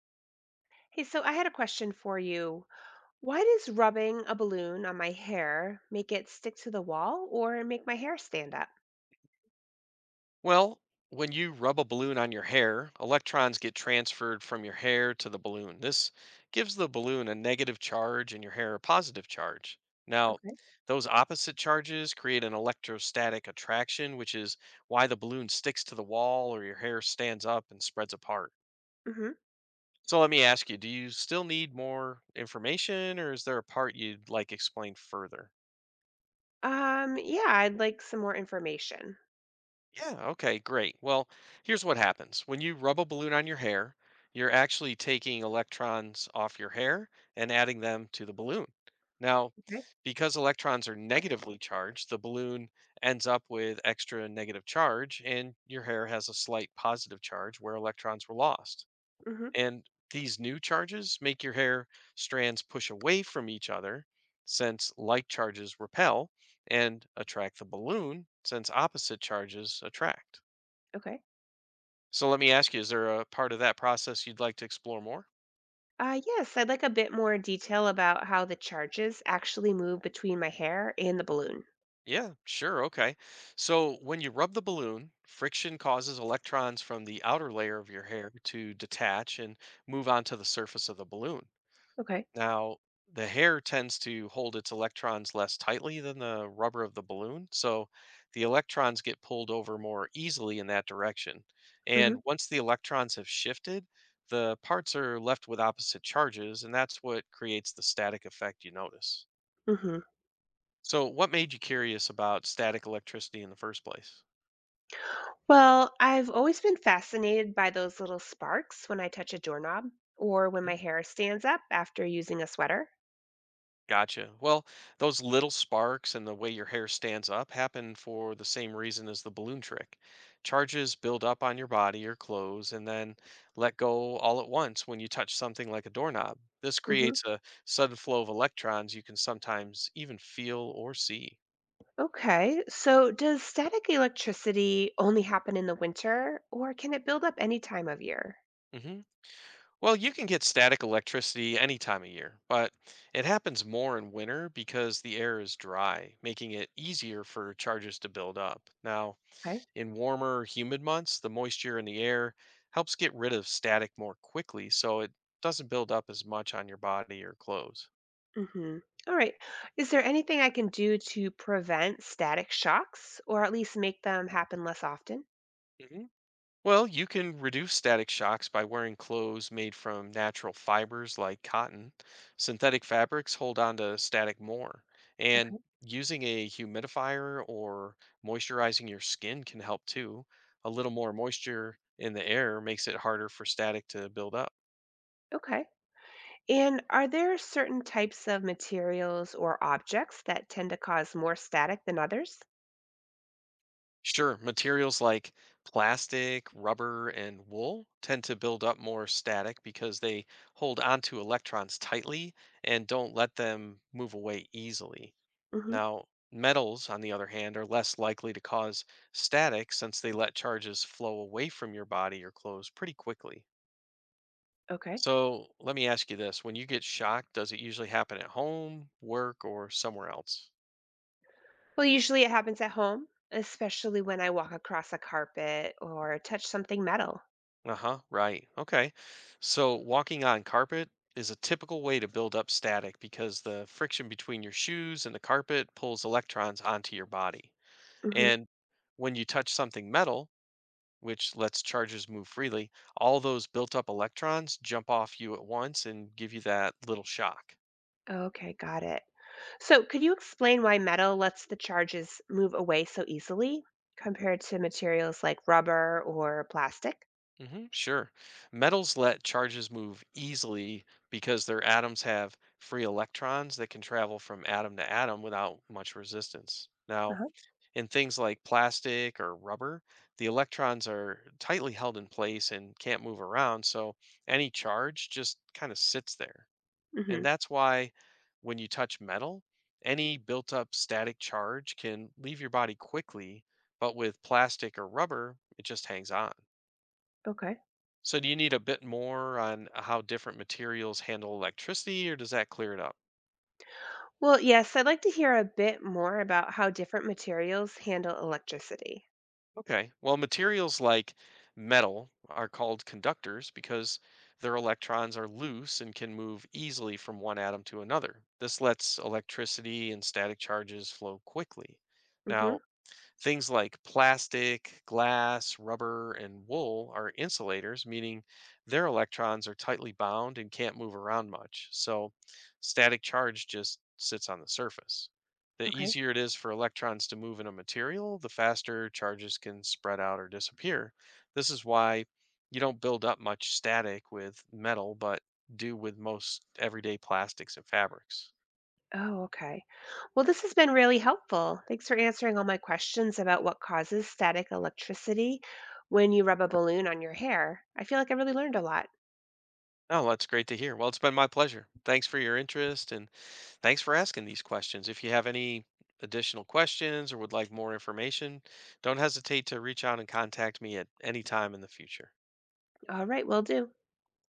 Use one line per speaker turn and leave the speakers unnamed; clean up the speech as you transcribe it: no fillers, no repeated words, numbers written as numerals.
Hey, so I had a question for you. Why does rubbing a balloon on my hair make it stick to the wall or make my hair stand up?
Well, when you rub a balloon on your hair, electrons get transferred from your hair to the balloon. This gives the balloon a negative charge and your hair a positive charge. Now,
Okay.
those opposite charges create an electrostatic attraction, which is why the balloon sticks to the wall or your hair stands up and spreads apart.
Mm-hmm.
So let me ask you, do you still need more information or is there a part you'd like explained further?
Yeah, I'd like some more information.
Yeah, okay, great. Well, here's what happens. When you rub a balloon on your hair, you're actually taking electrons off your hair and adding them to the balloon. Now,
Okay.
because electrons are negatively charged, the balloon ends up with extra negative charge, and your hair has a slight positive charge where electrons were lost.
Mm-hmm.
And these new charges make your hair strands push away from each other, since like charges repel and attract the balloon, since opposite charges attract.
Okay.
So let me ask you, is there a part of that process you'd like to explore more?
Yes, I'd like a bit more detail about how the charges actually move between my hair and the balloon.
Yeah, sure. Okay. So when you rub the balloon, friction causes electrons from the outer layer of your hair to detach and move onto the surface of the balloon.
Okay.
Now, the hair tends to hold its electrons less tightly than the rubber of the balloon, so the electrons get pulled over more easily in that direction.
Mm-hmm.
And once the electrons have shifted, the parts are left with opposite charges, and that's what creates the static effect you notice.
Mm-hmm.
So, what made you curious about static electricity in the first place?
Well, I've always been fascinated by those little sparks when I touch a doorknob or when my hair stands up after using a sweater.
Gotcha. Well, those little sparks and the way your hair stands up happen for the same reason as the balloon trick. Charges build up on your body or clothes and then let go all at once when you touch something like a doorknob. This
Mm-hmm.
creates a sudden flow of electrons you can sometimes even feel or see.
Okay, so does static electricity only happen in the winter, or can it build up any time of year?
hmm Well, you can get static electricity any time of year, but it happens more in winter because the air is dry, making it easier for charges to build up. Now,
Okay.
in warmer, humid months, the moisture in the air helps get rid of static more quickly so it doesn't build up as much on your body or clothes.
Mm-hmm. All right. Is there anything I can do to prevent static shocks, or at least make them happen less often?
hmm Well, you can reduce static shocks by wearing clothes made from natural fibers like cotton. Synthetic fabrics hold on to static more, and
Okay.
using a humidifier or moisturizing your skin can help too. A little more moisture in the air makes it harder for static to build up.
Okay. And are there certain types of materials or objects that tend to cause more static than others?
Sure, materials like plastic, rubber, and wool tend to build up more static because they hold onto electrons tightly and don't let them move away easily.
Hmm.
Now, metals, on the other hand, are less likely to cause static since they let charges flow away from your body or clothes pretty quickly.
Okay.
So, let me ask you this, when you get shocked, does it usually happen at home, work, or somewhere else?
Well, usually it happens at home, especially when I walk across a carpet or touch something metal.
Uh-huh, right. Okay. So walking on carpet is a typical way to build up static because the friction between your shoes and the carpet pulls electrons onto your body.
Hmm.
And when you touch something metal, which lets charges move freely, all those built up electrons jump off you at once and give you that little shock.
Okay, got it. So, could you explain why metal lets the charges move away so easily compared to materials like rubber or plastic?
Sure. Metals let charges move easily because their atoms have free electrons that can travel from atom to atom without much resistance. Now,
Uh-huh.
in things like plastic or rubber, the electrons are tightly held in place and can't move around, so any charge just kind of sits there. And
Hmm.
that's why when you touch metal, any built up static charge can leave your body quickly, but with plastic or rubber, it just hangs on.
Okay.
So, do you need a bit more on how different materials handle electricity, or does that clear it up?
Well, yes, I'd like to hear a bit more about how different materials handle electricity.
Okay. Well, materials like metal are called conductors because their electrons are loose and can move easily from one atom to another. This lets electricity and static charges flow quickly.
Hmm.
Now, things like plastic, glass, rubber, and wool are insulators, meaning their electrons are tightly bound and can't move around much. So static charge just sits on the surface. The
Okay.
easier it is for electrons to move in a material, the faster charges can spread out or disappear. This is why you don't build up much static with metal, but do with most everyday plastics and fabrics.
Oh, okay. Well, this has been really helpful. Thanks for answering all my questions about what causes static electricity when you rub a balloon on your hair. I feel like I really learned a lot.
Oh, that's great to hear. Well, it's been my pleasure. Thanks for your interest and thanks for asking these questions. If you have any additional questions or would like more information, don't hesitate to reach out and contact me at any time in the future.
All right, will do.